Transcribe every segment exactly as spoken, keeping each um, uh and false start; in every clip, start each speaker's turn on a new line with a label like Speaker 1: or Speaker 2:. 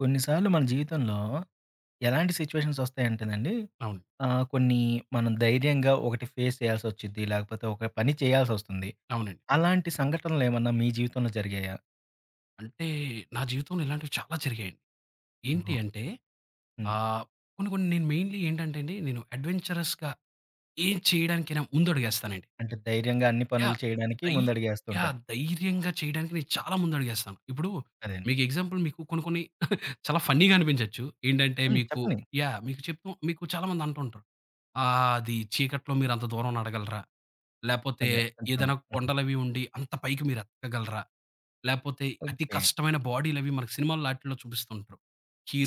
Speaker 1: కొన్నిసార్లు మన జీవితంలో ఎలాంటి సిచ్యువేషన్స్ వస్తాయంటేనండి,
Speaker 2: అవును.
Speaker 1: ఆహ్, కొన్ని మనం ధైర్యంగా ఒకటి ఫేస్ చేయాల్సొచ్చిద్ది. లేకపోతే ఒక పని చేయాల్సొస్తుంది.
Speaker 2: అవునండి.
Speaker 1: అలాంటి సంఘటనలేమన్నా మీ జీవితంలో జరిగాయా?
Speaker 2: అంటే నా జీవితంలో ఇలాంటివి చాలా జరిగాయండి. ఏంటి
Speaker 1: అబ్బో!
Speaker 2: అంటే
Speaker 1: హ్మ్.
Speaker 2: ఆహ్, కొన్ని కొన్ని నేను మెయిన్‌లీ ఏంటంటే అండి, నేను అడ్వెంచరస్‌గా ఏం చేయడానికైనా ముందడుగేస్తానండి.
Speaker 1: అంటే ధైర్యంగా అన్ని పనులు
Speaker 2: యాహ్!
Speaker 1: చేయడానికి
Speaker 2: ధై యాహ్!
Speaker 1: ముందడుగేస్తుంటారు.
Speaker 2: ధైర్యంగా చేయడానికి నేను చాలా ముందడుగేస్తాను. ఇప్పుడు
Speaker 1: అదేండి.
Speaker 2: మీకు ఎగ్జాంపుల్ మీకు కొన్ని కొన్ని చాలా ఫన్నీగా అనిపించొచ్చు. ఏంటంటే
Speaker 1: హ్మ్.
Speaker 2: మీకు
Speaker 1: చెప్పండి.
Speaker 2: యాహ్! మీకు చెప్తూ మీకు చాలా మంది అంటూ ఉంటారు. "ఆహ్, అది చీకట్లో మీరంత దూరం నడగలరా? లేపోతే
Speaker 1: అదే కొంచెం.
Speaker 2: ఏదైనా కొండలవి ఉండి అంత పైకి మీరెక్కగలరా?" లేపోతే అతి
Speaker 1: ఓకే.
Speaker 2: కష్టమైన బాడీలవి మనకు సినిమాల్లో ఆటిల్లో చూపిస్తుంటారు.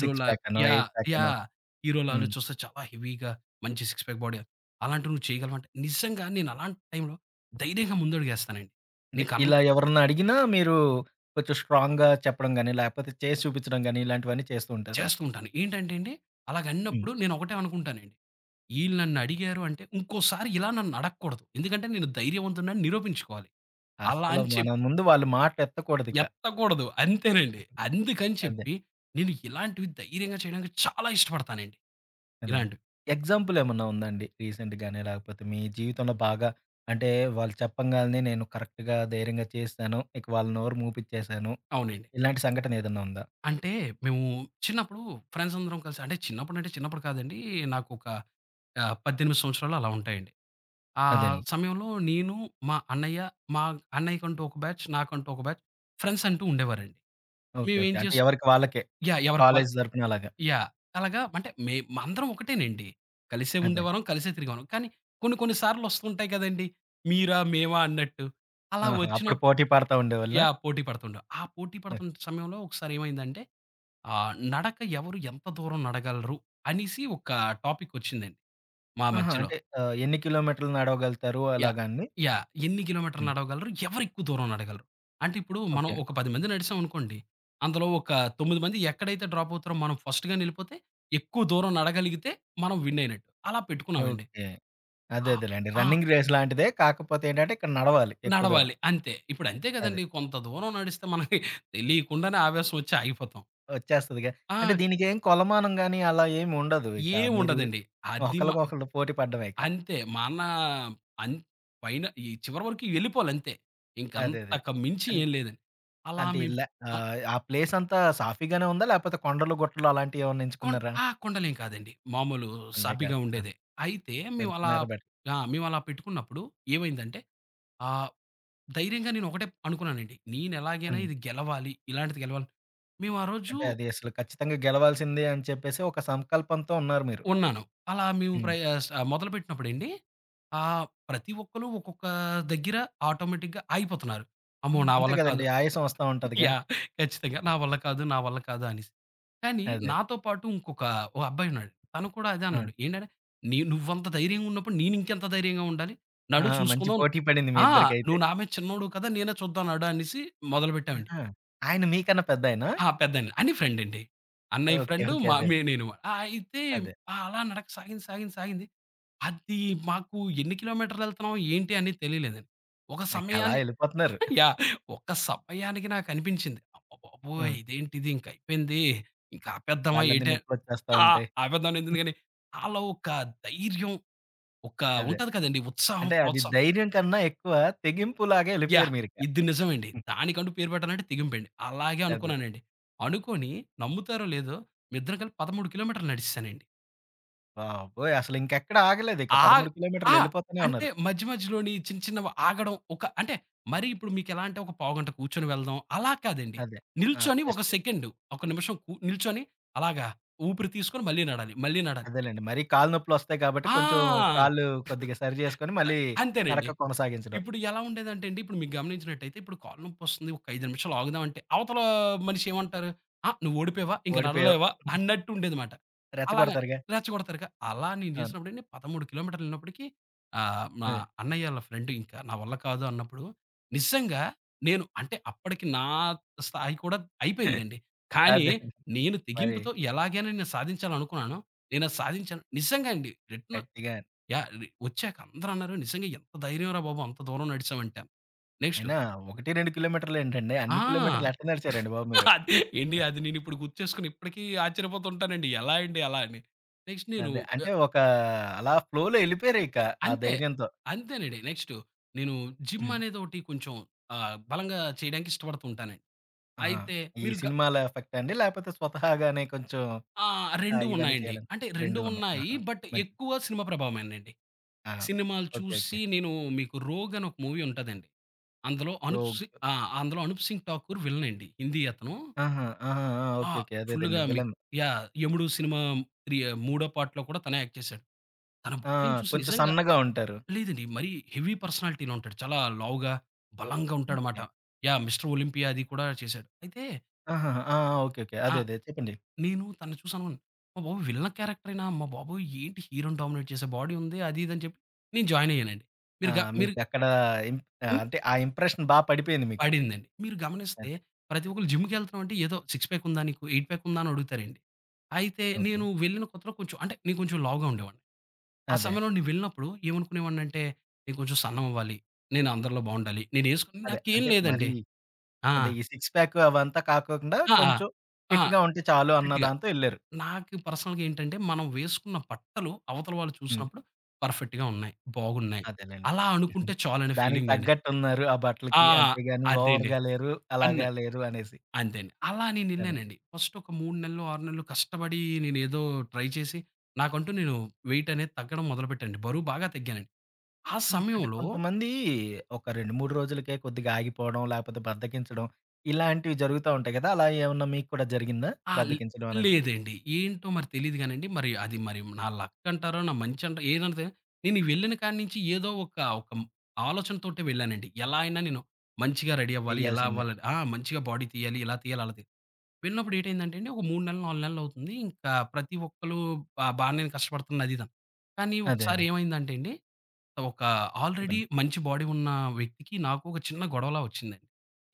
Speaker 1: సిక్స్ ప్యాక్ అనో,
Speaker 2: యాహ్!
Speaker 1: ఎయిట్ ప్యాక్ అనో.
Speaker 2: యాహ్! హీరోలాలు
Speaker 1: హ్మ్.
Speaker 2: చూస్తే చాలా హెవీగా మంచి సిక్స్ ప్యాక్ బాడీ. అలాంటివి నువ్వు చేయగలవంటే నిజంగా నేను అలాంటి టైంలో ధైర్యంగా ముందడుగేస్తానండి.
Speaker 1: అంటే
Speaker 2: నేను కన్
Speaker 1: ఇలా ఎవరన్నా అడిగినా మీరు కొంచెం స్ట్రాంగ్‌గా చెప్పడం గాని, లేకపోతే చేసి చూపించడం గాని ఇలాంటివన్నీ చేస్తూ ఉంటారా?
Speaker 2: చేస్తూ ఉంటాను. ఏంటంటే అండి
Speaker 1: హ్మ్.
Speaker 2: అలాగన్నప్పుడు నేను ఒకటే అనుకుంటానండి. ఈళ్ళు నన్నడిగారు అంటే ఇంకోసారి ఇలా నన్నడగకూడదు. ఎందుకంటే నేను ధైర్యవంతుడినని నిరూపించుకోవాలి. అలా
Speaker 1: అసలు
Speaker 2: అని
Speaker 1: మన
Speaker 2: చెప్పి
Speaker 1: ముందు వాళ్ళు మాటెత్తకూడదిక.
Speaker 2: ఎత్తకూడదు. అంతేనండి. అందుకని
Speaker 1: అదే.
Speaker 2: చెప్పి నేను ఇలాంటివి ధైర్యంగా చేయడానికి చాలా ఇష్టపడతానండి.
Speaker 1: అదండి.
Speaker 2: ఇలాంటివి.
Speaker 1: ఎగ్జాంపుల్ ఏమన్నా ఉందా అండి? రీసెంట్ గాని లేకపోతే మీ జీవితంలో బాగా అంటే వాళ్ళు చెప్పంగాల్నే నేను కరెక్ట్‌గా ధైర్యంగా చేశాను. ఇక వాళ్ళ నోరు మూపిచ్చేసాను.
Speaker 2: అవునండి.
Speaker 1: ఇలాంటి సంఘటన ఏదన్నా ఉందా?
Speaker 2: అంటే మేము చిన్నప్పుడు ఫ్రెండ్స్ అందరం కలిసి అంటే చిన్నప్పుడంటే చిన్నప్పుడు కాదండి. నాకొక ఆహ్, పద్దెనిమిది సంవత్సరాలు అలా ఉంటాయండి. ఆ
Speaker 1: అదండి.
Speaker 2: సమయంలో నేను, మా అన్నయ్య, మా అన్నయ్యకంటూ ఒక బ్యాచ్, నాకంటూ ఒక బ్యాచ్ ఫ్రెండ్స్ అంటూ ఉండేవారండి.
Speaker 1: ఓకే.
Speaker 2: మేమేం
Speaker 1: ఓకే. అంటే
Speaker 2: చేస్
Speaker 1: ఎవరికి వాళ్ళకే.
Speaker 2: యాహ్! ఎవరికి వాళ్ళు.
Speaker 1: కాలేజీ తరపున అలాగా.
Speaker 2: యాహ్! అలాగా అంటే మే మా అందరం ఒకటేనండి. కలిసే
Speaker 1: అదే.
Speaker 2: ఉండేవారం, కలిసే తిరిగేవారం. కానీ కొన్ని కొన్ని సార్లు వస్తుంటాయి కదండీ! మీరా? మేమా? అన్నట్టు. అలా
Speaker 1: ఆహా! అప్పుడు
Speaker 2: వచ్చినప్
Speaker 1: పోటీ పడతా ఉండేవాళ్ళా?
Speaker 2: యాహ్! పోటీ పడుతుండం. ఆ పోటీ
Speaker 1: ఓకే.
Speaker 2: పడుతున్న సమయంలో ఒకసారి ఏమైందంటే, ఆ! నడక ఎవరు ఎంత దూరం నడగలరు అనేసి ఒక టాపిక్ వచ్చిందండి మా
Speaker 1: ఆహా!
Speaker 2: మధ్యలో.
Speaker 1: అంటే ఆహ్, ఎన్ని కిలోమీటర్లు నడవగలుగుతారు
Speaker 2: యాహ్!
Speaker 1: అలాగా అండి?
Speaker 2: యాహ్! ఎన్ని కిలోమీటర్లు
Speaker 1: హ్మ్.
Speaker 2: నడవగలరు? ఎవరు ఎక్కువ దూరం నడగలరు? అంటే ఇప్పుడు మనం
Speaker 1: ఓకే.
Speaker 2: ఒక పది మంది నడిసామనుకోండి. అందులో ఒక తొమ్మిది మంది ఎక్కడైతే డ్రాప్ అవుతారో మనం ఫస్ట్‌గాని వెళ్ళిపోతే ఎక్కువ దూరం నడగలిగితే మనం విన్ అయినట్టు. అలా పెట్టుకున్నామండి.
Speaker 1: ఓకే. అదే
Speaker 2: ఆ!
Speaker 1: అదేలెండి.
Speaker 2: ఆ!
Speaker 1: రన్నింగ్ రేస్ లాంటిదే. కాకపోతే ఏంటంటే ఇక్కడ నడవాలి ఎక్కువ దూరం.
Speaker 2: నడవాలి అంతే. ఇప్పుడు అంతే
Speaker 1: అదే.
Speaker 2: కదండీ! కొంత దూరం నడిస్తే మనకి తెలియకుండానే ఆవేశం వచ్చి ఆగిపోతాం.
Speaker 1: వచ్చేస్తదిగా. అంటే
Speaker 2: ఆ!
Speaker 1: దీనికేం కొలమానం గాని, అలా ఏమి ఉండదు ఇక. మీరు
Speaker 2: ఏముండదండి. అది మ
Speaker 1: ఒకళ్ళకొకళ్ళు పోటీ పడడమే ఇక.
Speaker 2: అంతే. మా అన్న అన్ పైన ఈ చివరి వరకు వెళ్ళిపోవాలంతే.
Speaker 1: అదే. అదే.
Speaker 2: ఇంకంతకు మించి
Speaker 1: అన్.
Speaker 2: ఏం లేదండి. అలా
Speaker 1: అంటే
Speaker 2: మేం
Speaker 1: ఇలా
Speaker 2: ఆ!
Speaker 1: ఆహ్, ఆ ప్లేస్ అంతా సాఫీగానే ఉందా? లేకపోతే కొండలు, గుట్టలు అలాంటివి ఏమన్నా
Speaker 2: కొం
Speaker 1: ఎంచుకున్నారా?
Speaker 2: ఆ! కొండలేం కాదండి. మామూలు
Speaker 1: కొండే
Speaker 2: సాఫీగా
Speaker 1: కాదు. ఆ!
Speaker 2: ఉండేదే. అయితే
Speaker 1: కొంచెం
Speaker 2: మేమలా
Speaker 1: మేర బెట్.
Speaker 2: ఆ! మేమలా పెట్టుకున్నప్పుడు ఏమైందంటే, ఆహ్, ధైర్యంగా నేనొకటే అనుకున్నానండి. నేనెలాగైనా
Speaker 1: హ్మ్.
Speaker 2: ఇది గెలవాలి. ఇలాంటిది గెలవాలి. మేము ఆ రోజు
Speaker 1: అంటే అది అసలు ఖచ్చితంగా గెలవాల్సిందే అని చెప్పేసి ఒక సంకల్పంతో ఉన్నారు మీరు.
Speaker 2: ఉన్నాను. అలా మేము
Speaker 1: హ్మ్.
Speaker 2: ప్రయ స్ మొదలుపెట్టినప్పుడండి ఆహ్, ప్రతి ఒక్కళ్ళు ఒక్కొక్క దగ్గర ఆటోమేటిక్‌గా ఆగిపోతున్నారు. అమ్మో!
Speaker 1: హ్మ్.
Speaker 2: నా
Speaker 1: అంతే
Speaker 2: వల్ల
Speaker 1: కదండీ.
Speaker 2: కాదు.
Speaker 1: ఆయాసం వస్తా ఉంటదిగా.
Speaker 2: యాహ్! ఖచ్చితంగా. నా వల్ల కాదు, నా వల్ల కాదు అనేసి. కానీ
Speaker 1: అదే.
Speaker 2: నాతో పాటు ఇంకొక ఓ అబ్బాయున్నాడు. తను కూడా అదే
Speaker 1: ఆ!
Speaker 2: అన్నాడు. ఏంటంటే, నీ నువ్వంత ధైర్యంగా ఉన్నప్పుడు నేనింకెంత ధైర్యంగా ఉండాలి? నడు
Speaker 1: ఆహా! మంచి
Speaker 2: చూసుకుందాం.
Speaker 1: పోటీ పడింది మీ
Speaker 2: ఆ!
Speaker 1: ఇద్దరికైతే.
Speaker 2: నువ్వు నా మీద చిన్నోడు కదా! నేనే చూద్దాం నడు అనేసి మొదలుపెట్టామండి.
Speaker 1: ఆహా! ఆయన మీకన్నా పెద్దాయనా?
Speaker 2: ఆ! పెద్దాయన. అన్నయ్య ఫ్రెండండి. అన్నయ్య
Speaker 1: ఓకే.
Speaker 2: Friend
Speaker 1: okay.
Speaker 2: మా
Speaker 1: అదే.
Speaker 2: మే
Speaker 1: అదే.
Speaker 2: నేను. ఆహ్, అయితే
Speaker 1: అదే.
Speaker 2: అలా నడక సాగింది, సాగింది, సాగింది. అది మాకు ఎన్ని కిలోమీటర్‌లెళ్తున్నాం ఏంటి అనేది తెలియలేదండి. ఒక
Speaker 1: ఇక అలా
Speaker 2: సమయాన్ని
Speaker 1: ఎళ్ళిపోతున్నారు.
Speaker 2: యాహ్! ఒక్క సమయానికి నాకనిపించింది.
Speaker 1: ఆ!
Speaker 2: అమ్మబాబోయ్! ఇదేంటిది ఇంకయిపోయింది. ఇంక ఆపేద్దామా
Speaker 1: కాళ్ళన్నీ
Speaker 2: ఏటే.
Speaker 1: నొప్పులొచ్చేస్తా
Speaker 2: ఆ!
Speaker 1: ఉంటాయి.
Speaker 2: ఆపేద్దామని ఉంటుంది గానీ, ఆళ్ళో ఒక ధైర్యం, ఒక
Speaker 1: అదే.
Speaker 2: ఉంటది కదండీ, ఉత్సాహం,
Speaker 1: అంటే అది
Speaker 2: ప్రోత్సాహం.
Speaker 1: ధైర్యం కన్నా ఎక్కువ తెగింపులాగా
Speaker 2: యాహ్!
Speaker 1: ఎళ్ళిపోయారు మీరిక.
Speaker 2: ఇది నిజమండి. దానికంటూ పేరు పెట్టాలంటే తెగింపండి. అలాగే
Speaker 1: అదే.
Speaker 2: అనుకున్నానండి. అనుకోని నమ్ముతారో లేదో, మేమిద్దరం కలిపి పదమూడు కిలోమీటర్లు నడిసేసానండి.
Speaker 1: బాబోయ్! అసలు ఇంకెక్కడ ఆగలేదిక.
Speaker 2: ఆగ్
Speaker 1: పదమూడు కిలోమీటర్లు
Speaker 2: ఆ!
Speaker 1: ఎళ్ళిపోతూనే
Speaker 2: అంటే
Speaker 1: ఉన్నారు.
Speaker 2: మధ్య మధ్యలోని చిన్న చిన్నవి ఆగడం ఒక అంటే మరి ఇప్పుడు మీకెలా అంటే ఒక పావుగంట కూర్చొని వెళ్దాం అలా కాదండి.
Speaker 1: అదే. ఆ!
Speaker 2: నిల్చొని ఒక
Speaker 1: జస్ట్
Speaker 2: సెకండ్, ఒక నిమిషం కు నిల్చొని అలాగా ఊపిరి తీసుకొని మళ్ళీ నడాలి, మళ్ళీ నడాలి.
Speaker 1: అదేలెండి. మరీ కాళ్ళు నొప్పులొస్తాయి కాబట్టి
Speaker 2: ఆ!
Speaker 1: కొంచెం కాళ్ళు కొద్దిగా సరి చేసుకొని మళ్ళీ
Speaker 2: అంతేనండి.
Speaker 1: నడక కొనసాగించడం.
Speaker 2: ఇప్పుడు ఎలా ఉండేదంటే అండి, ఇప్పుడు మీకు గమనించినట్టయితే ఇప్పుడు కాళ్ళు నొప్పొస్తుంది. ఒక ఐదు నిమిషాలు ఆగుదాం అంటే, అవతల మనిషి ఏమంటారు? "ఆ! నువ్వు ఓడిపోయావా? ఇంక
Speaker 1: ఓడిపోయావు
Speaker 2: నడవలేవా?" అన్నట్టు ఉండేదమాట. అలాగా
Speaker 1: రెచ్చగొడతారుగా.
Speaker 2: రెచ్చగొడతారుగా. అలా నేను
Speaker 1: అవును.
Speaker 2: చేసినప్పుడండి పదమూడు కిలోమీటర్లు వెళ్ళినప్పటికి, ఆహ్, మా
Speaker 1: హ్మ్.
Speaker 2: అన్నయ్య ఆళ్ళ ఫ్రెండ్ ఇంకా నా వల్ల కాదు అన్నప్పుడు, నిజంగా నేను అంటే అప్పటికి నా స్థాయి కూడా అయిపోయిందండి. కానీ
Speaker 1: అదే.
Speaker 2: నేను
Speaker 1: మరి
Speaker 2: తెగింపుతో ఎలాగైనా నేను సాధించాలనుకున్నాను. నేనది సాధించాను. నిజంగా అండి. రిటర్న్
Speaker 1: గట్టిగా
Speaker 2: యాహ్! రి వచ్చాక అందరన్నారు, "నిజంగా ఎంత ధైర్యంరా బాబు! అంత దూరం నడిచావంటే". నెక్స్టు
Speaker 1: అయినా ఒకటి, రెండు కిలోమీటర్లేంటండి. అన్ని
Speaker 2: ఆ!
Speaker 1: కిలోమీటర్లు ఎట్ట నడిచారండి బాబు మీరు?
Speaker 2: అది ఏండి అది నేనిప్పుడు గుర్తు చేసుకొని ఇప్పటికీ ఆశ్చర్యపోతుంటానండి. ఎలా అండి అలా అని. నెక్స్ట్ నేను
Speaker 1: అదే. అంటే
Speaker 2: ఆహ్,
Speaker 1: ఒక అలా ఫ్లోలో ఎళ్ళిపోయారిక ఆ
Speaker 2: అంతే.
Speaker 1: ధైర్యంతో.
Speaker 2: అంతేనండి. నెక్స్టు నేను జిమ్
Speaker 1: హ్మ్.
Speaker 2: అనేది ఒకటి కొంచెం ఆహ్, బలంగా చేయడానికి ఇష్టపడుతూ ఉంటానండి.
Speaker 1: ఆహా!
Speaker 2: అయితే
Speaker 1: ఈ
Speaker 2: మీరు గ
Speaker 1: సినిమాల ఎఫెక్టా అండి? లేపోతే స్వతహాగానే కొంచెం
Speaker 2: ఆ! రెండు
Speaker 1: ఆహ్, ఇవన్నీ
Speaker 2: ఉన్నాయండి.
Speaker 1: చేయాలని
Speaker 2: అంటే
Speaker 1: రెండు
Speaker 2: రెండు
Speaker 1: ఉన్నాయి.
Speaker 2: ఉన్నాయి.
Speaker 1: ఆహా!
Speaker 2: బట్
Speaker 1: మంచిది.
Speaker 2: ఎక్కువ సినిమా ప్రభావమేనండి.
Speaker 1: ఆ!
Speaker 2: సినిమాలు
Speaker 1: ఓకే. ఓకే.
Speaker 2: చూసి నేను మీకు 'రోగ్' అని ఒక మూవీ ఉంటదండి. అందులో అనుప్
Speaker 1: రోగ్.
Speaker 2: సి ఆ! అందులో 'అనూప్ సింగ్ ఠాకూర్' విలన్ అండి. హిందీ అతను.
Speaker 1: ఆహా! ఆహా! ఆ!
Speaker 2: ఆ!
Speaker 1: ఓకే. ఓకే. అదేదండి
Speaker 2: ఫుల్‌గా మీకు.
Speaker 1: విలన్.
Speaker 2: యాహ్! 'యముడు' సినిమా త్రీ మూడో పార్ట్‌లో కూడా తనే యాక్ట్ చేశాడు. తన
Speaker 1: ఆ!
Speaker 2: బాడీని చూసి
Speaker 1: కొంచెం
Speaker 2: నిజంగా.
Speaker 1: సన్నగా ఉంటారు.
Speaker 2: లేదండి. మరీ హెవీ పర్సనాలిటీలో ఉంటాడు. చాలా లావుగా, బలంగా ఉంటాడనమాట.
Speaker 1: ఓకే.
Speaker 2: యాహ్! 'మిస్టర్ ఒలింపియా' అది కూడా చేశాడు. అయితే
Speaker 1: ఆహాహా! ఆ! ఆ! ఓకే. ఓకే.
Speaker 2: ఆ!
Speaker 1: అదే. అదే. చెప్పండి.
Speaker 2: నేను తనని చూసి అనుకున్నాను. అమ్మ బాబోయ్! విలన్ క్యారెక్టరేనా అమ్మ బాబోయ్! ఏంటి హీరో‌ని డామినేట్ చేసే బాడీ ఉంది. అది ఇది అని చెప్పి నేను జాయిన్ అయ్యానండి.
Speaker 1: ఆ!
Speaker 2: మీరు గ మీరు
Speaker 1: మీకక్కడ ఇంప్. ఆహ్, అంటే ఆ ఇంప్రెషన్ బా పడిపోయింది మీకు.
Speaker 2: పడిందండి. మీరు గమనిస్తే
Speaker 1: అదే.
Speaker 2: ప్రతి ఒక్కళ్ళు జిమ్‌కెళ్తున్నామంటే ఏదో సిక్స్ ప్యాక్ ఉందా నీకు? ఎయిట్ ప్యాక్ ఉందా? అని అడుగుతారండి. అయితే
Speaker 1: ఓకే.
Speaker 2: నేను వెళ్ళిన కొత్తలో కొంచెం అంటే నేను కొంచెం లావుగా ఉండేవాడిని. ఆ
Speaker 1: అదే.
Speaker 2: సమయంలో నేను వెళ్ళినప్పుడు ఏమనుకునేవాడినంటే నేను కొంచెం సన్నం అవ్వాలి. నేను అందరిలో బావుండాలి. నేనేసుకుని
Speaker 1: అదే.
Speaker 2: నాకేం
Speaker 1: అంటే మరీ
Speaker 2: లేదండి. ఆ!
Speaker 1: అదే ఈ సిక్స్ ప్యాక్ అవంతా కాకోకుండా
Speaker 2: ఆ! ఆ!
Speaker 1: కొంచెం
Speaker 2: ఆ!
Speaker 1: ఫిట్‌గా ఉంటే చాలు అన్న
Speaker 2: ఫిట్‌గా.
Speaker 1: దాంతో ఎళ్లారు.
Speaker 2: నాకు పర్సనల్‌గా ఏంటంటే మనం వేసుకున్న బట్టలు అవతల వాళ్ళు
Speaker 1: హ్మ్.
Speaker 2: చూసినప్పుడు పర్ఫెక్ట్‌గా ఉన్నాయి. బాగున్నాయి.
Speaker 1: అదేలెండి.
Speaker 2: అలా అనుకుంటే చాలనే
Speaker 1: దానికి
Speaker 2: ఫీలింగండి.
Speaker 1: తగ్గట్టున్నారు ఆ
Speaker 2: ఆ!
Speaker 1: బట్టలకి. అంతేగాని
Speaker 2: అదే అండి.
Speaker 1: ఓవర్‌గా లేరు,
Speaker 2: అన్
Speaker 1: అలాగా లేరు అనేసి.
Speaker 2: అంతే అండి. అలా
Speaker 1: అదే.
Speaker 2: నేనెళ్ళానండి. ఫస్ట్ ఒక మూడు నెల్లో, ఆరు నెల్లో కష్టపడి నేనేదో ట్రై చేసి, నాకంటూ నేను వెయిట్ అనేది తగ్గడం మొదలుపెట్టానండి. బరువు బాగా తగ్గానండి. ఆ
Speaker 1: హ్మ్. అంటే
Speaker 2: సమయంలో
Speaker 1: కొంతమంది ఒక రెండు, మూడు రోజులకే కొద్దిగా ఆగిపోవడం, లేకపోతే బద్ధకించడం ఇలాంటివి జరుగుతా ఉంటాయి కదా! అలా ఏమన్నా మీకు కూడా జరిగిందా?
Speaker 2: ఆ! ల్
Speaker 1: బద్ధకించడం అలాంటిది?
Speaker 2: లేదండి. ఏంటో మరి తెలీదు గానండి. మరి అది మరి నా లక్ అంటారో, నా మంచంటారో ఏదంటే నేను ఈ వెళ్ళిన కాడి నుంచి ఏదో ఒక, ఒక ఆలోచనతోటే వెళ్ళానండి. ఎలా అయినా నేను మంచిగా రెడీ అవ్వాలి. ఎలా
Speaker 1: చేయాల్సిందే.
Speaker 2: అవ్వాలని ఆ! మంచిగా బాడీ తీయాలి. ఇలా తీయాలి, అలా తీయాలి. వెళ్ళినప్పుడు ఏటైందంటే అండి, ఒక మూడు నెలలు, నాలుగు నెలలు అవుతుంది. ఇంకా ప్రతి ఒక్కళ్ళు బా బానే కష్టపడుతున్నారు అది ఇదని. కానీ
Speaker 1: అదే.
Speaker 2: ఒకసారి
Speaker 1: అదే.
Speaker 2: ఏమైందంటే అండి, ఒక ఆల్రెడీ
Speaker 1: చెప్పండి.
Speaker 2: మంచి బాడీ ఉన్న వ్యక్తికి, నాకు ఒక చిన్న గొడవలా వచ్చిందండి.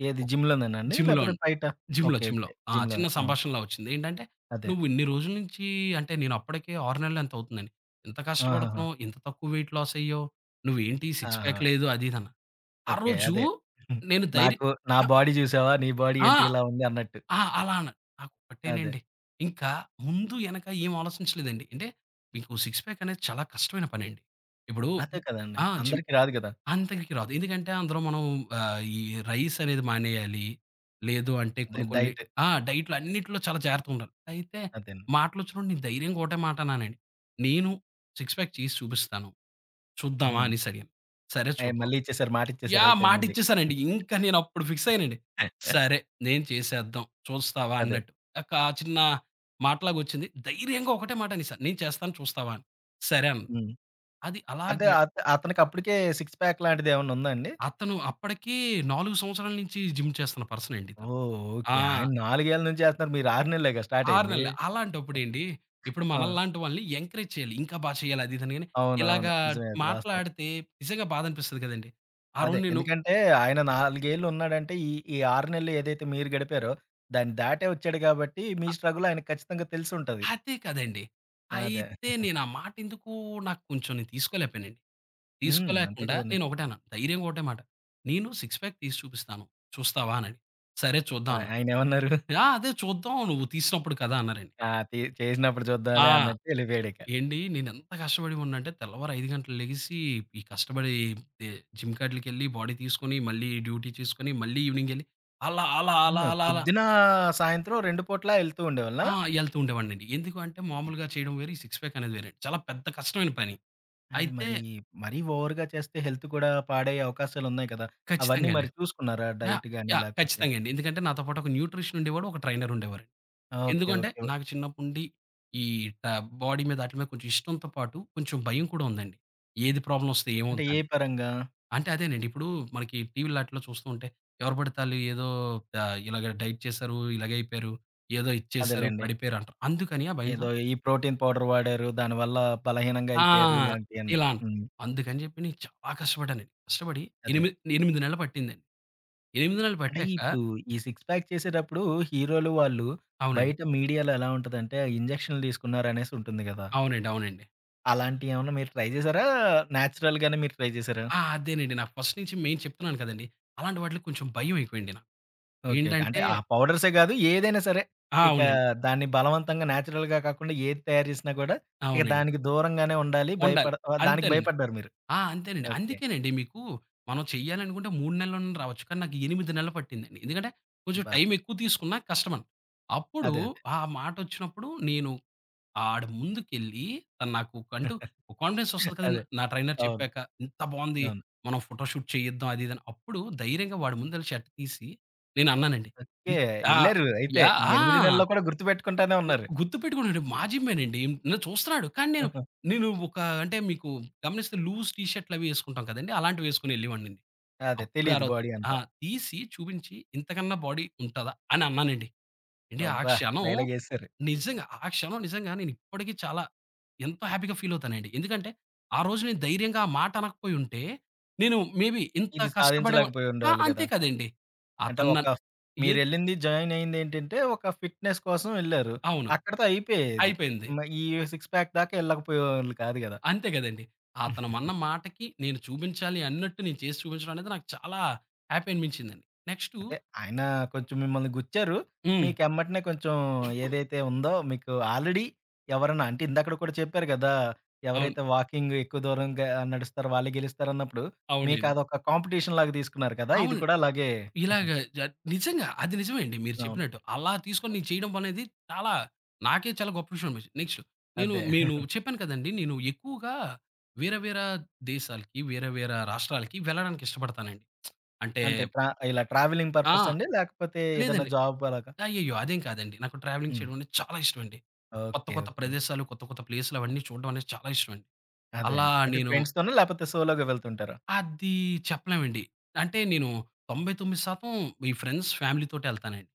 Speaker 1: ఏది జిమ్‌లోనేనా అండి?
Speaker 2: జిమ్‌లో
Speaker 1: లేకపోతే
Speaker 2: అండి.
Speaker 1: బయట?
Speaker 2: జిమ్‌లో,
Speaker 1: ఓకే.
Speaker 2: జిమ్‌లో.
Speaker 1: ఓకే.
Speaker 2: ఆ!
Speaker 1: జిమ్‌లోనే.
Speaker 2: చిన్న
Speaker 1: ఆ!
Speaker 2: సంభాషణలా వచ్చింది. ఏంటంటే,
Speaker 1: అదే.
Speaker 2: "నువ్వు ఇన్ని రోజుల నుంచి", అంటే నేను అప్పటికే ఆరు నెలలు ఎంతో అవుతుందండి. "ఇంత
Speaker 1: ఆహాహా!
Speaker 2: కష్టపడుతున్నావు, ఇంత తక్కువ వెయిట్ లాస్ అయ్యావు. నువ్వేంటి
Speaker 1: ఆ!
Speaker 2: సిక్స్ ప్యాక్ లేదు" అది ఇది అన్నారు. ఆ
Speaker 1: ఓకే.
Speaker 2: రోజు
Speaker 1: అదే.
Speaker 2: నేను ధైర్యం
Speaker 1: నాకు నా
Speaker 2: ఆ!
Speaker 1: బాడీ చూసావా? నీ బాడీ
Speaker 2: ఆ!
Speaker 1: ఏంటి ఇలా ఉంది అన్నట్టు.
Speaker 2: ఆ! అలా అన.
Speaker 1: అదే.
Speaker 2: నాకొక్కటేనండి. ఇంకా ముందు ఎనక ఏం ఆలోచించలేదండి. అంటే మీకు సిక్స్ ప్యాక్ అనేది చాలా కష్టమైన పనండి. ఇప్పుడు
Speaker 1: అదే కదండీ.
Speaker 2: ఆ! జిమ్
Speaker 1: అందరికి రాదు కదా!
Speaker 2: అంతకి రాదు. ఎందుకంటే అందులో మనం ఆహ్, ఈ రైస్ అనేది మానేయాలి. లేదు అంటే
Speaker 1: అదే
Speaker 2: కొన్ని కొన్ని
Speaker 1: డైట్.
Speaker 2: ఆ! డైట్‌లు అన్నిట్లో చాలా జాగ్రత్తగా ఉండాలి. అయితే
Speaker 1: అదేనండి.
Speaker 2: మాటలొచ్చినప్పుడు నేను ధైర్యంగా ఒకటే మాట అన్నానండి. నేను సిక్స్ ప్యాక్ చేసి చూపిస్తాను. చూద్దామా
Speaker 1: హ్మ్.
Speaker 2: అనేసడిగాను. సరే
Speaker 1: అయి
Speaker 2: చూద్దాం.
Speaker 1: మళ్ళీ ఇచ్చేసారు.
Speaker 2: యాహ్!
Speaker 1: మాటిచ్చేసారయితే మళ్ళీ.
Speaker 2: మాటిచ్చేసానండి. ఇంకా నేనప్పుడు ఫిక్స్ అయ్యానండి. సరే నేను చేసేద్దాం. చూస్తావా
Speaker 1: అదే.
Speaker 2: అన్నట్టు. ఒక చిన్న మాటలాగొచ్చింది. ధైర్యంగా ఒకటే మాట అనేసా. "నేను చేస్తాను చూస్తావా" అని. సరే అన్నా.
Speaker 1: హ్మ్.
Speaker 2: అది
Speaker 1: అంటే
Speaker 2: అలాగే
Speaker 1: అత అతనికి అప్పటికే సిక్స్ ప్యాక్ లాంటిదేమన్నా ఉందా అండి?
Speaker 2: అతను అప్పటికి నాలుగు సంవత్సరాల నుంచి జిమ్ చేస్తున్న పర్సనండి తను.
Speaker 1: ఓహ్!
Speaker 2: ఆ!
Speaker 1: ఓకే. ఆయన నాలుగు ఏళ్ల నుంచి చేస్తున్నారు. మీరు ఆరు నెలలేగా స్టార్ట్
Speaker 2: ఆరు
Speaker 1: అయింది.
Speaker 2: నెలలే. అలాంటప్పుడేండి ఇప్పుడు
Speaker 1: ఆ!
Speaker 2: మనల్లాంటి వాళ్ళని ఎంకరేజ్ చేయాలి. ఇంకా బా చేయాలి అది ఇదని గాని,
Speaker 1: అవునవును.
Speaker 2: ఇలాగా
Speaker 1: నిజమే అది వాస్తవం.
Speaker 2: మాట్లాడితే నిజంగా బాధనిపిస్తది కదండీ! ఆ
Speaker 1: అదే.
Speaker 2: రోజు నేను
Speaker 1: ఎందుకంటే ఆయన నాలుగు ఏళ్లు ఉన్నాడంటే ఈ, ఈ ఆరు నెలలు ఏదైతే మీరు గడిపారో దాన్ని దాటే వచ్చాడు కాబట్టి మీ స్ట్రగుల్ ఆయనకు ఖచ్చితంగా తెలిసుంటది.
Speaker 2: అదే కదండీ!
Speaker 1: అదే.
Speaker 2: అయితే నేను ఆ మాట ఎందుకు నాకు కొంచెం నేను తీసుకోలేకపోయానండి.
Speaker 1: హ్మ్. అంతే
Speaker 2: తీసుకోలేకుండా
Speaker 1: కదండీ.
Speaker 2: నేను ఒకటే అన్నాను. ధైర్యంగా ఒకటే మాట. "నేను సిక్స్ ప్యాక్ తీసి చూపిస్తాను. చూస్తావా?" అని. "సరే
Speaker 1: ఆ!
Speaker 2: చూద్దాం" అన్నాను.
Speaker 1: ఆయనేమన్నారు?
Speaker 2: "ఆ! అదే చూద్దాం నువ్వు తీసినప్పుడు కదా!" అన్నారండి.
Speaker 1: ఆ! "తి చేసినప్పుడు చూద్దాంలే"
Speaker 2: ఆ!
Speaker 1: అన్నట్టు ఎళ్ళిపోయాడిక.
Speaker 2: ఏండి నేనెంత కష్టపడి ఉన్నానంటే తెల్లవారు ఐదు గంటలకు లెగిసి ఈ కష్టపడి ఎ జిమ్‌కాట్లకెళ్ళి బాడీ తీసుకొని మళ్ళీ డ్యూటీ చేసుకొని మళ్ళీ ఈవినింగ్ ఎళ్లి అలా, అలా,
Speaker 1: హ్మ్.
Speaker 2: అలా, అలా, అలా.
Speaker 1: పొద్దున, సాయంత్రం రెండు పూటలా ఎళ్తూ ఉండేవాళ్ళా?
Speaker 2: ఆ! ఎళ్తూ ఉండేవాడినండి. ఎందుకు అంటే మామూలుగా చేయడం వేరు. ఈ సిక్స్ ప్యాక్ అనేది వేరండి. చాలా పెద్ద కష్టమైన పని.
Speaker 1: అంటే
Speaker 2: అయితే
Speaker 1: మరి, మరీ ఓవర్‌గా చేస్తే హెల్త్ కూడా పాడయ్యే అవకాశాలున్నాయి కదా! అవన్నీ
Speaker 2: ఖచ్చితంగా అండి.
Speaker 1: మరి చూసుకున్నారా
Speaker 2: యాహ్!
Speaker 1: డైట్ గాని
Speaker 2: యాహ్!
Speaker 1: లేకపోతే?
Speaker 2: ఖచ్చితంగా అండి. ఎందుకంటే నాతో పాటు ఒక న్యూట్రిషన్ ఉండేవాడు. ఒక ట్రైనర్ ఉండేవారండి.
Speaker 1: ఓకే.
Speaker 2: ఎందుకంటే
Speaker 1: ఓకే.
Speaker 2: నాకు చిన్నప్పటినుండి ఈ ట బాడీ మీద ఆటిల మీద కొంచెం ఇష్టంతో పాటు కొంచెం భయం కూడా ఉందండి. ఏది ప్రాబ్లమ్ వస్తే
Speaker 1: అంటే ఏ
Speaker 2: ఏమవుద్దని.
Speaker 1: పరంగా?
Speaker 2: అంటే అదేనండి ఇప్పుడు మనకి టీవీ‌లో ఆటిల్లో చూస్తూ ఉంటే ఎవరు పడితే ఆళ్ళు ఏదో ఆహ్, ఇలాగ డైట్ చేశారు, ఇలాగే అయిపోయారు, ఏదో ఇచ్చేశారు,
Speaker 1: అదేలెండి.
Speaker 2: పడిపోయారు అంటారు. అందుకని ఆ భయంతో
Speaker 1: ఏదో ఈ ప్రోటీన్ పౌడర్ వాడారు. దానివల్ల బలహీనంగా
Speaker 2: ఆ!
Speaker 1: అయిపోయారు ఇలాంటియన్నీ.
Speaker 2: ఇలా అన్
Speaker 1: హ్మ్.
Speaker 2: అందుకని చెప్పి నేను చాలా కష్టపడ్డానండి. కష్టపడి
Speaker 1: అదే.
Speaker 2: ఎనిమి ఎనిమిది నెలలు పట్టిందండి. ఎనిమిది నెలలు
Speaker 1: అంటే
Speaker 2: పట్టాక
Speaker 1: ఇప్పుడు ఈ సిక్స్ ప్యాక్ చేసేటప్పుడు హీరోలు వాళ్ళు
Speaker 2: అవునండి.
Speaker 1: బయట మీడియాలో ఎలా ఉంటదంటే ఇంజెక్షన్‌లు తీసుకున్నారనేసి ఉంటుంది గదా!
Speaker 2: అవునండి. అవునండి.
Speaker 1: అలాంటియేమన్నా మీరు ట్రై చేసారా? నేచురల్ గానే మీరు ట్రై చేసారా?
Speaker 2: ఆ! అదేనండి. నాకు ఫస్ట్ నుంచి మెయిన్ చెప్తున్నాను కదండీ! అలాంటి వాటిలకి కొంచెం భయం ఎక్కువండి నాకు.
Speaker 1: ఓకే. ఓకే. అంటే
Speaker 2: ఏంటంటే
Speaker 1: ఆ పౌడర్సే గాదు. ఏదైనా సరే
Speaker 2: ఆ!
Speaker 1: ఇక
Speaker 2: అవునండి.
Speaker 1: దాన్ని బలవంతంగా నేచురల్‌గా కాకుండా ఏది తయారు చేసినా గూడా ఇక
Speaker 2: అవునండి.
Speaker 1: దానికి దూరంగానే ఉండాలి.
Speaker 2: ఉండాలి.
Speaker 1: భయపడ ఆహ్, దానికి
Speaker 2: అంతేనండి.
Speaker 1: భయపడ్డారు మీరు.
Speaker 2: ఆ! అంతేనండి.
Speaker 1: ఓకే.
Speaker 2: అందుకేనండి మీకు మనం చేయాలనుకుంటే మూడు నెలల్లోనే రావచ్చు. కానీ నాకు ఎనిమిది నెలలు పట్టిందండి. ఎందుకంటే కొంచెం
Speaker 1: అబ్బా!
Speaker 2: టైం ఎక్కువ తీసుకున్నా కష్టమని. అప్పుడు
Speaker 1: అదే. అదే.
Speaker 2: ఆ మాటొచ్చినప్పుడు నేను ఆడు ముందుకెళ్ళి తను నాకు కంటూ ఒక కాన్ఫిడెన్స్ వస్తది కదండీ!
Speaker 1: అదే.
Speaker 2: నా ట్రైనర్
Speaker 1: అవును.
Speaker 2: చెప్పాక. ఇంత బావుంది.
Speaker 1: అవును.
Speaker 2: మనం ఫోటో షూట్ చేయిద్దాం అది ఇది అని. అప్పుడు ధైర్యంగా వాడి ముందెళ్ళి షర్ట్ తీసి నేనన్నానండి.
Speaker 1: ఓకే.
Speaker 2: ఇన్ ఆ!
Speaker 1: ఎళ్లారు అయితే.
Speaker 2: యాహ్!
Speaker 1: ఈ
Speaker 2: ఆ!
Speaker 1: ఎనిమిది నెలల్లో కూడా గుర్తుపెట్టుకుంటానే
Speaker 2: గు
Speaker 1: ఉన్నారు.
Speaker 2: గుర్తుపెట్టుకున్నాడు. మా జిమ్మేనండి. నన్ను చూస్తున్నాడు. కానీ నేను నేను ఒక అంటే మీకు గమనిస్తే లూజ్ టీ షర్ట్‌లు అవి ఎసుకుంటాం కదండీ! అలాంటివి ఎసుకొని ఎళ్ళేవాడినండి.
Speaker 1: అదే.
Speaker 2: అప్పుడు
Speaker 1: తెలీదు
Speaker 2: ఆరో
Speaker 1: బాడీ
Speaker 2: ఆ!
Speaker 1: అంతా.
Speaker 2: తీసి చూపించి ఇంతకన్నా బాడీ ఉంటదా? అని అన్నానండి. ఏండి ఆ
Speaker 1: అబ్బా!
Speaker 2: క్షణం
Speaker 1: డైలాగేశారు.
Speaker 2: నిజంగా ఆ క్షణం నిజంగా నేనిప్పటికి చాలా ఎంతో హ్యాపీగా ఫీలవుతానండి. ఎందుకంటే, ఆ రోజు నేను ధైర్యంగా ఆ మాట అనకపోయుంటే, నేను మేబీ ఇంత
Speaker 1: ఇది
Speaker 2: కష్టపడేవా.
Speaker 1: సాధించలేకపోయి
Speaker 2: ఆ!
Speaker 1: ఉండేవాళ్ళు గదా!
Speaker 2: అంతే కదండీ.
Speaker 1: అంటే
Speaker 2: అతను
Speaker 1: ఒక
Speaker 2: నన్ ఏద్
Speaker 1: మీరెళ్ళింది జాయిన్ అయిందేంటంటే, ఒక ఫిట్‌నెస్ కోసం ఎళ్లారు.
Speaker 2: అవును.
Speaker 1: అక్కడితో అయిపోయేది.
Speaker 2: అయిపోయింది.
Speaker 1: మ ఈ సిక్స్ ప్యాక్ దాకా ఎళ్ళకపోయేవాళ్ళు కాదు గదా!
Speaker 2: అంతే గదండీ. అతను అన్న మాటకి నేను చూపించాలి అన్నట్టు నేను చేసి చూపించడం అనేది నాకు చాలా హ్యాపీ అనిపించిందండి. నెక్స్టు
Speaker 1: అదే ఆయన కొంచెం మిమ్మల్ని గుచ్చారు.
Speaker 2: హ్మ్.
Speaker 1: మీకెమ్మటనే కొంచెం ఏదైతే ఉందో మీకు ఆల్రెడీ ఎవరన్నా అంటే ఇందాకడ కూడా చెప్పారు గదా!
Speaker 2: అవును.
Speaker 1: ఎవరైతే వాకింగ్ ఎక్కువ దూరం గ నడుస్తారో వాళ్ళే గెలుస్తారన్నప్పుడు,
Speaker 2: అవునండి.
Speaker 1: మీకదొక కాంపిటీషన్ లాగా తీసుకున్నారు కదా! ఇది
Speaker 2: అవును.
Speaker 1: కూడా అలాగే
Speaker 2: ఇలాగ జ నిజంగా అది నిజమే అండి మీరు
Speaker 1: అవును.
Speaker 2: చెప్పినట్టు. అలా తీసుకొని నేను చేయడం అనేది చాలా నాకే చాలా గొప్ప విషయం అనిపించింది. నెక్స్ట్ నేను
Speaker 1: అదే.
Speaker 2: నేను చెప్పాను కదండీ! నేను ఎక్కువగా వేరే వేరే దేశాలకి, వేరే వేరే రాష్ట్రాలకి వెళ్ళడానికి ఇష్టపడతానండి. అంటే
Speaker 1: అంటే ట్రా ఇలా ట్రావెలింగ్
Speaker 2: ఆ!
Speaker 1: పర్పసండి? లేకపోతే ఏదన్నా
Speaker 2: లేదండి.
Speaker 1: జాబ్ అలాగా?
Speaker 2: అయ్యయ్యో! అదేం కాదండి. నాకు ట్రావెలింగ్
Speaker 1: హ్మ్.
Speaker 2: చేయడం అనేది చాలా ఇష్టమండి. కొత్త
Speaker 1: ఓకే.
Speaker 2: కొత్త
Speaker 1: ఓకే.
Speaker 2: ప్రదేశాలు, కొత్త కొత్త ప్లేస్‌లు అవన్నీ చూడడం అనేది చాలా ఇష్టమండి.
Speaker 1: అదే
Speaker 2: అలా
Speaker 1: అండి. అంటే
Speaker 2: నేను
Speaker 1: ఫ్రెండ్స్‌తోనా? లేపోతే సోలోగా వెళ్తుంటారా?
Speaker 2: అది చెప్పలేమండి. అంటే నేను తొంభై తొమ్మిది శాతం ఈ ఫ్రెండ్స్, ఫ్యామిలీతోటే ఎళ్తానండి.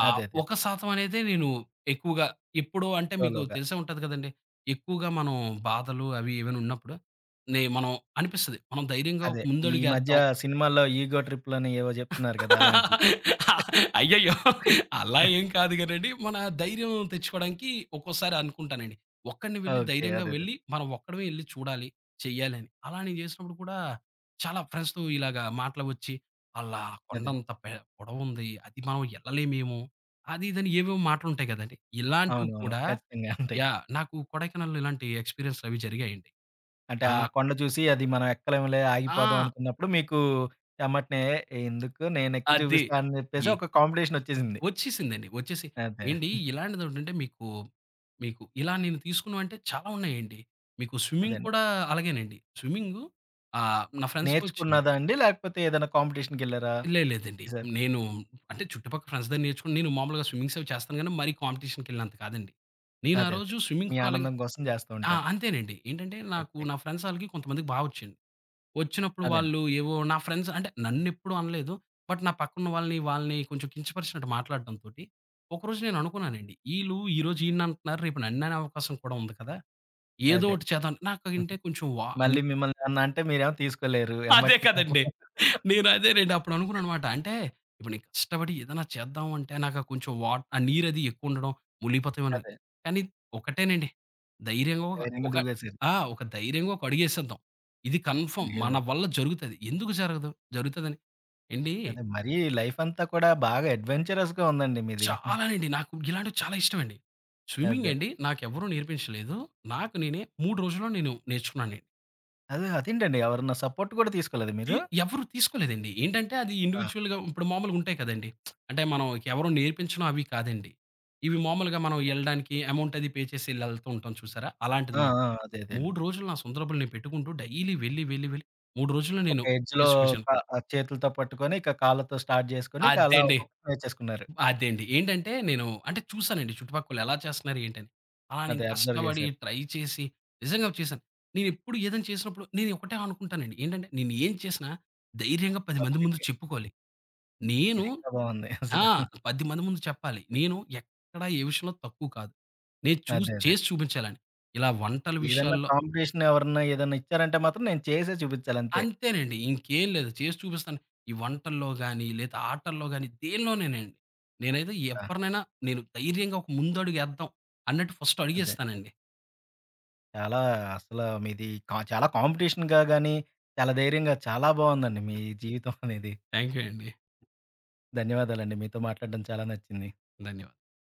Speaker 2: ఆ!
Speaker 1: అదే. అదే.
Speaker 2: ఒక శాతం అనేదే నేను ఎక్కువగా ఎప్పుడో అంటే మీకు
Speaker 1: సోలోగా.
Speaker 2: తెలిసే ఉంటది కదండీ. ఎక్కువగా మనం బాధలు అవి ఏవైనా ఉన్నప్పుడు నే మనం అనిపిస్తది. మనం ధైర్యంగా
Speaker 1: అదే. ఈ మధ్య
Speaker 2: ముందడుగేద్దాం.
Speaker 1: సినిమాల్లో ఈగో ట్రిప్‌లని ఏవో జెప్తున్నారు గదా! అలాంటియి.
Speaker 2: అయ్యయ్యో! అలా ఏం కాదు గానండి. మన ధైర్యం తెచ్చుకోవడానికి ఒక్కోసారి అనుకుంటానండి. ఒక్కడిని వెళ్లి
Speaker 1: ఓకే.
Speaker 2: ధైర్యంగా
Speaker 1: అదే. అదే.
Speaker 2: వెళ్లి మనం ఒక్కడమే ఎళ్లి చూడాలి, చెయ్యాలి అని. అలా నేను చేసినప్పుడు కూడా చాలా ఫ్రెండ్స్‌తో ఇలాగా మాటలు వచ్చి, "అలా
Speaker 1: అదే.
Speaker 2: కొండంత పె పొడవుంది. అది మనం ఎళ్ళలేమేమో" అది ఇదని ఏవేవో మాటలుంటాయి గదండీ. ఇలాంటివి
Speaker 1: అవునవును.
Speaker 2: కూడా.
Speaker 1: ఖచ్చితంగా ఉంటాయి.
Speaker 2: యాహ్! నాకు కొడైకెనాల్‌లో ఇలాంటి ఎక్స్‌పీరియన్స్‌లవి జరిగాయండి.
Speaker 1: అంటే
Speaker 2: ఆ!
Speaker 1: ఆ కొండ చూసి అది మనం ఎక్కలేంలే ఆగిపోదాం
Speaker 2: ఆ!
Speaker 1: అనుకున్నప్పుడు మీకు ఎమ్మటనే ఎందుకు నేనెక్కి
Speaker 2: అది.
Speaker 1: చూపిస్తా అని జెప్పేసి
Speaker 2: ఎ
Speaker 1: ఒక కాంపిటీషన్ ఒచ్చేసింది.
Speaker 2: వచ్చేసిందండి. వచ్చేసి
Speaker 1: అదే.
Speaker 2: ఏండి ఇలాంటిదేంటంటే మీకు, మీకు ఇలా నేను తీసుకున్నవంటే చాలా ఉన్నాయండి. మీకు స్విమ్మింగ్
Speaker 1: అదేండి.
Speaker 2: కూడా అలాగేనండి. స్విమ్మింగు ఆహ్, నా ఫ్రెండ్స్‌కి వచ్చింది.
Speaker 1: నేర్చుకున్నదా అండి? లేకపోతే ఏదైనా కాంపిటీషన్‌కెళ్లారా
Speaker 2: లే లేదండి.
Speaker 1: ఈసారి?
Speaker 2: నేను అంటే చుట్టుపక్కల ఫ్రెండ్స్ దగ్గర నేర్చుకుని నేను మామూలుగా స్విమ్మింగ్స్ అవి చేస్తాను గానీ, మరీ కాంపిటీషన్‌కెళ్ళినంత కాదండి. నేను ఆ
Speaker 1: అదే. అదే.
Speaker 2: రోజు స్విమ్మింగ్
Speaker 1: మీ
Speaker 2: కూడా అలాగే
Speaker 1: ఆనందం కోసం జేస్తూ
Speaker 2: ఆ!
Speaker 1: ఉంటారు.
Speaker 2: అంతేనండి. ఏంటంటే నాకు
Speaker 1: ఓకే.
Speaker 2: నా ఫ్రెండ్స్ ఆళ్ళకి కొంతమందికి బా వచ్చండి. వచ్చినప్పుడు
Speaker 1: అదండి.
Speaker 2: వాళ్ళు ఏవో నా ఫ్రెండ్స్ అంటే నన్నెప్పుడు అనలేదు. బట్ నా పక్కనున్న వాళ్ళని, వాళ్ళని కొంచెం కించపరిచినట్టు మాట్లాడడంతోటి, ఒకరోజు నేను అనుకున్నానండి. ఈళ్ళు ఈరోజు ఈననంటున్నారు. రేపు నన్ననే అవకాశం కూడా ఉంది కదా! ఏదో
Speaker 1: అదే.
Speaker 2: ఒకటి చేద్దాం. నాకంటే కొంచెం వా
Speaker 1: మళ్ళీ మిమ్మల్ని ఏమన్నా అంటే మీరేమో తీసుకోలేరు.
Speaker 2: అదే
Speaker 1: ఎమ్మటనే కోపం
Speaker 2: కదండీ. నేను అదేనండి అప్పుడు అనుకున్నాననమాట. అంటే ఇప్పుడు నేను కష్టపడి ఏదైనా చేద్దాం అంటే నాకు ఆ కొంచెం వాట్ ఆ నీరది ఎక్కువుండడం, మునిగిపోతామేమో
Speaker 1: అదే.
Speaker 2: కానీ ఒకటేనండి. ధైర్యంగా ఒక
Speaker 1: ధైర్యంగా
Speaker 2: ఒక
Speaker 1: దువ్వేశారు.
Speaker 2: ఆ! ఒక ధైర్యంగా ఒక అడుగేసేద్దాం. ఇది కన్ఫర్మ్
Speaker 1: అయ్యో!
Speaker 2: మన వల్ల జరుగుతది. ఎందుకు జరగదు? జరుగుతదని. ఏండి
Speaker 1: అదే మరీ లైఫ్ అంతా కూడా బాగా అడ్వెంచరస్‌గా ఉందండి మీది.
Speaker 2: చాలానండి నాకు ఇలాంటివి చాలా ఇష్టమండి. స్విమ్మింగ్
Speaker 1: అదే.
Speaker 2: అండి నాకెవ్వరూ నేర్పించలేదు. నాకు నేనే మూడు రోజుల్లో నేను నేర్చుకున్నాను.
Speaker 1: అదే అదేంటండి ఎవరన్నా సపోర్ట్ కూడా తీసుకోలేదా
Speaker 2: తీ
Speaker 1: మీరు?
Speaker 2: ఎవరు తీసుకోలేదండి. ఏంటంటే అది
Speaker 1: ఆ!
Speaker 2: ఇండివిడ్యువల్‌గా ఇప్పుడు మామూలుగా ఉంటాయి కదండీ! అంటే మనం ఎవరు నేర్పించడం అవి కాదండి. ఇవి మామూలుగా మనం
Speaker 1: అదే.
Speaker 2: ఎళ్ళడానికి అమౌంట్ అది పే చేసి ఎళ్తూ ఉంటాం చూసారా! అలాంటిది
Speaker 1: ఆ!
Speaker 2: మాట.
Speaker 1: ఆ! అదే అదే అండి.
Speaker 2: మూడు రోజులు నా సుందరబులు నేను పెట్టుకుంటూ డైలీ వెళ్ళి, వెళ్ళి, వెళ్ళి మూడు రోజుల్లో
Speaker 1: ఒక
Speaker 2: నేను
Speaker 1: ఎడ్జ్‌లో
Speaker 2: చేసి
Speaker 1: క
Speaker 2: చూపించాను.
Speaker 1: ఆ చేతులతో పట్టుకొని, ఇక కాళ్ళతో స్టార్ట్ చేసుకొని, ఇక అలా
Speaker 2: అదండి.
Speaker 1: ఒక్కొక్కటి నేర్చేసుకున్నారు.
Speaker 2: అదండి. ఏంటంటే నేను అంటే చూసానండి చుట్టుపక్కల ఎలా చేస్తున్నారు ఏంటని. అలా నేను
Speaker 1: అదే అబ్జర్వ్
Speaker 2: కష్టపడి
Speaker 1: చేశారు.
Speaker 2: ట్రై చేసి నిజంగా చేశాను. నేనెప్పుడు ఏదైనా చేసినప్పుడు నేను ఒకటే అనుకుంటానండి. ఏంటంటే నేను ఏం చేసినా ధైర్యంగా పది మంది ముందు
Speaker 1: పర్ఫెక్ట్‌గా.
Speaker 2: చెప్పుకోవాలి. నేను
Speaker 1: ఇది ఇంకా బావుంది
Speaker 2: ఆ!
Speaker 1: అసలు.
Speaker 2: పది మంది ముందు చెప్పాలి. నేను ఎక్కడ ఏ విషయంలో తక్కువ కాదు. నేను చూసి
Speaker 1: అదే అదే.
Speaker 2: చేసి చూపించాలని. ఇలా వంటల
Speaker 1: ఏదన్నా
Speaker 2: విషయాల్లో
Speaker 1: కాంపిటీషన్ ఎవరన్నా ఏదన్నా ఇచ్చారంటే మాత్రం నేను చేసే చూపించాలి అంతే.
Speaker 2: అంతేనండి. ఇంకేం లేదు. చేసి చూపిస్తాను. ఈ వంటల్లో గాని, లేదా ఆటల్లో గాని దేనిలోనేనండి. నేనైతే
Speaker 1: ఆ!
Speaker 2: ఎవరినైనా నేను ధైర్యంగా ఒక ముందడుగేద్దాం అన్నట్టు ఫస్ట్
Speaker 1: అదే.
Speaker 2: అడుగేస్తానండి.
Speaker 1: చాలా అసలు మీది కా చాలా కాంపిటీషన్‌గా గాని, చాలా ధైర్యంగా చాలా బావుందండి మీ జీవితం అనేది.
Speaker 2: థాంక్ యూ అండి.
Speaker 1: ధన్యవాదాలండి. మీతో మాట్లాడడం చాలా నచ్చింది.
Speaker 2: ధన్యవాదాలు.